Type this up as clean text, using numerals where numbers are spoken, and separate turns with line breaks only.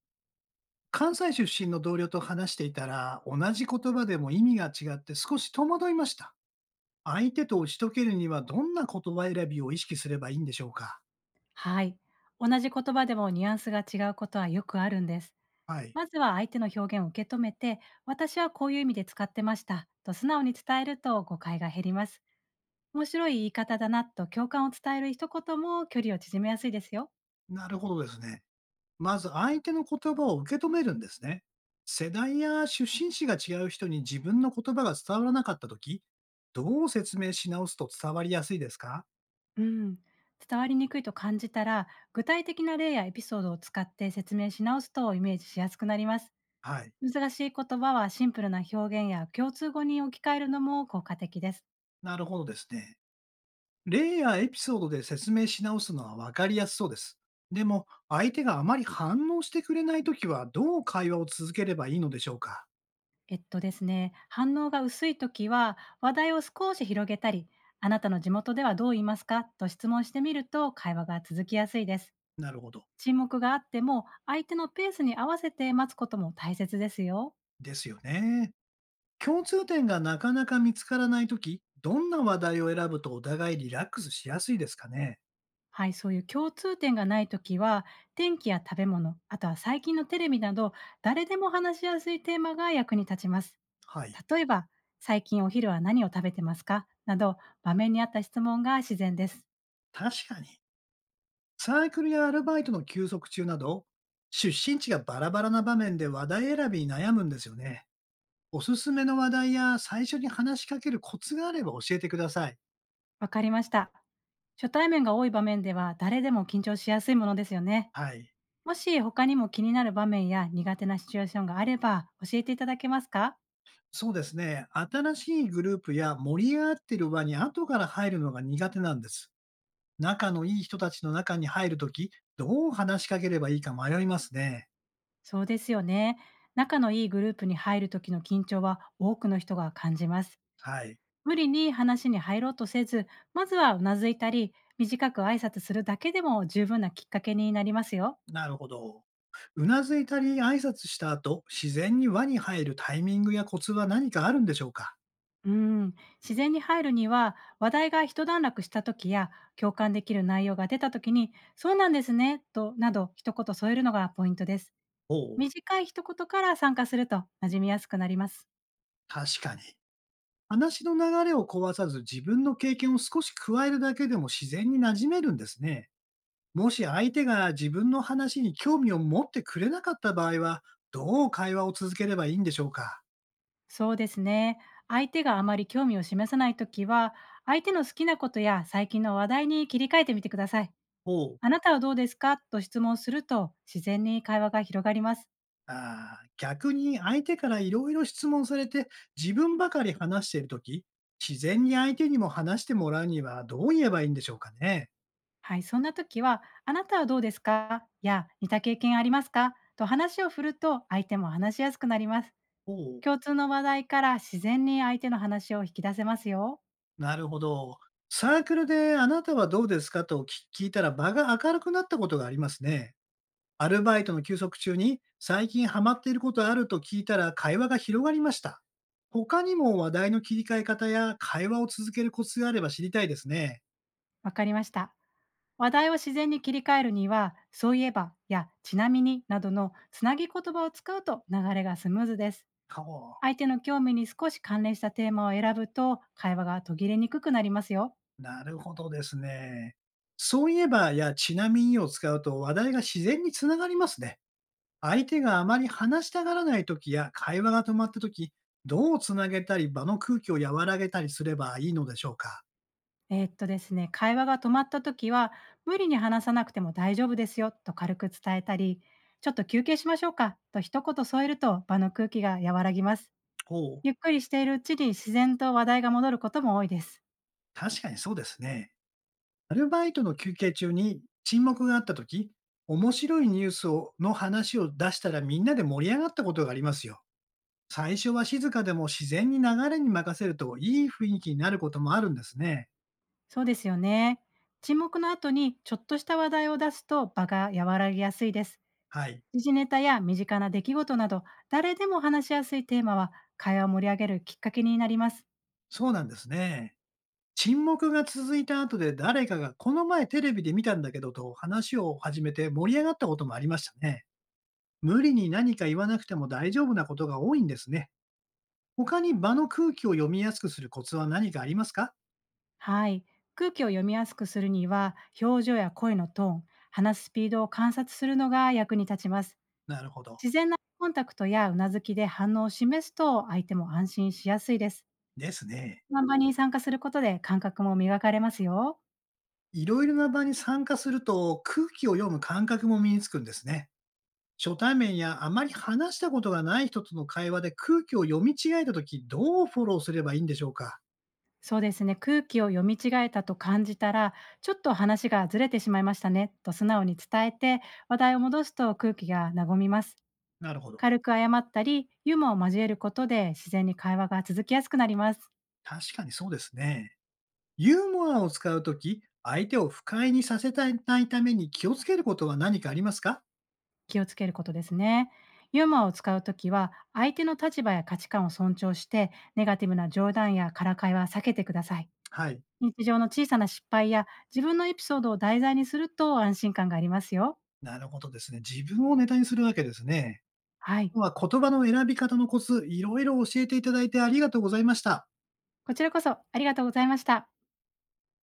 関西出身の同僚と話していたら、同じ言葉でも意味が違って少し戸惑いました。相手と打ち解けるにはどんな言葉選びを意識すればいいんでしょうか？
はい。同じ言葉でもニュアンスが違うことはよくあるんです。
はい。
まずは相手の表現を受け止めて、私はこういう意味で使ってましたと素直に伝えると誤解が減ります。面白い言い方だなと共感を伝える一言も距離を縮めやすいですよ。
なるほどですね。まず相手の言葉を受け止めるんですね。世代や出身地が違う人に自分の言葉が伝わらなかったとき、どう説明し直すと伝わりやすいですか？
うん。伝わりにくいと感じたら、具体的な例やエピソードを使って説明し直すとイメージしやすくなります。
はい。
難しい言葉はシンプルな表現や共通語に置き換えるのも効果的です。
なるほどですね。例やエピソードで説明し直すのは分かりやすそうです。でも、相手があまり反応してくれないときは、どう会話を続ければいいのでしょうか？
反応が薄い時は話題を少し広げたり、あなたの地元ではどう言いますかと質問してみると会話が続きやすいです。
なるほど。
沈黙があっても相手のペースに合わせて待つことも大切ですよ。
ですよね。共通点がなかなか見つからないとき、どんな話題を選ぶとお互いリラックスしやすいですかね？
はい、そういう共通点がない時は、天気や食べ物、あとは最近のテレビなど誰でも話しやすいテーマが役に立ちます。
はい。
例えば、最近お昼は何を食べてますかなど、場面に合った質問が自然です。
確かに。サークルやアルバイトの休息中など、出身地がバラバラな場面で話題選びに悩むんですよね。おすすめの話題や最初に話しかけるコツがあれば教えてください。
わかりました。初対面が多い場面では誰でも緊張しやすいものですよね。
はい。
もし他にも気になる場面や苦手なシチュエーションがあれば教えていただけますか？
そうですね。新しいグループや盛り上がってる場に後から入るのが苦手なんです。仲のいい人たちの中に入るとき、どう話しかければいいか迷いますね。
そうですよね。仲のいいグループに入る時の緊張は多くの人が感じます。
はい。
無理に話に入ろうとせず、まずはうなずいたり、短く挨拶するだけでも十分なきっかけになりますよ。
なるほど。うなずいたり挨拶した後、自然に輪に入るタイミングやコツは何かあるんでしょうか？
うん、自然に入るには、話題が一段落した時や共感できる内容が出た時に「そうなんですね」となど一言添えるのがポイントです。
おう。
短い一言から参加すると馴染みやすくなります。
確かに。話の流れを壊さず自分の経験を少し加えるだけでも自然に馴染めるんですね。もし相手が自分の話に興味を持ってくれなかった場合は、どう会話を続ければいいんでしょうか？
そうですね。相手があまり興味を示さない時は、相手の好きなことや最近の話題に切り替えてみてください。
ほう。
あなたはどうですかと質問すると自然に会話が広がります。
あー、逆に相手からいろいろ質問されて自分ばかり話しているとき、自然に相手にも話してもらうにはどう言えばいいんでしょうかね？
はい、そんな時は、あなたはどうですかや、似た経験ありますかと話を振ると、相手も話しやすくなります。
ほう。
共通の話題から自然に相手の話を引き出せますよ。
なるほど。サークルであなたはどうですかと聞いたら場が明るくなったことがありますね。アルバイトの休息中に最近ハマっていることあると聞いたら会話が広がりました。他にも話題の切り替え方や会話を続けるコツがあれば知りたいですね。
わかりました。話題を自然に切り替えるには、そういえば、や、ちなみに、などのつなぎ言葉を使うと流れがスムーズです。
ほ
相手の興味に少し関連したテーマを選ぶと、会話が途切れにくくなりますよ。
う、なるほどですね。そういえばやちなみにを使うと話題が自然につながりますね。相手があまり話したがらない時や会話が止まった時、どうつなげたり場の空気を和らげたりすればいいのでしょうか。
ですね、会話が止まった時は、無理に話さなくても大丈夫ですよと軽く伝えたり、ちょっと休憩しましょうかと一言添えると場の空気が和らぎます。
ほう、
ゆっくりしているうちに自然と話題が戻ることも多いです。
確かにそうですね。アルバイトの休憩中に沈黙があったとき、面白いニュースをの話を出したらみんなで盛り上がったことがありますよ。最初は静かでも自然に流れに任せるといい雰囲気になることもあるんですね。
そうですよね。沈黙の後にちょっとした話題を出すと場が和らぎやすいです。
はい。
時事ネタや身近な出来事など、誰でも話しやすいテーマは会話を盛り上げるきっかけになります。
そうなんですね。沈黙が続いた後で誰かがこの前テレビで見たんだけどと話を始めて盛り上がったこともありましたね。無理に何か言わなくても大丈夫なことが多いんですね。他に場の空気を読みやすくするコツは何かありますか？
はい。空気を読みやすくするには、表情や声のトーン、話すスピードを観察するのが役に立ちます。
なるほど。
自然なコンタクトやうなずきで反応を示すと、相手も安心しやすいです。
ですね。
看板に参加することで感覚も磨かれますよ。
いろいろな場に参加すると空気を読む感覚も身につくんですね。初対面やあまり話したことがない人との会話で空気を読み違えたとき、どうフォローすればいいんでしょうか？
そうですね。空気を読み違えたと感じたら、ちょっと話がずれてしまいましたね、と素直に伝えて、話題を戻すと空気が和みます。
なるほど。
軽く謝ったり、ユーモアを交えることで自然に会話が続きやすくなります。
確かにそうですね。ユーモアを使うとき、相手を不快にさせたいないために気をつけることは何かありますか？
気をつけることですね。ユーモアを使うときは、相手の立場や価値観を尊重して、ネガティブな冗談やからかいは避けてください。
はい。
日常の小さな失敗や自分のエピソードを題材にすると安心感がありますよ。
なるほどですね。自分をネタにするわけですね。
はい。
今日は言葉の選び方のコツ、いろいろ教えていただいてありがとうございました。
こちらこそありがとうございました。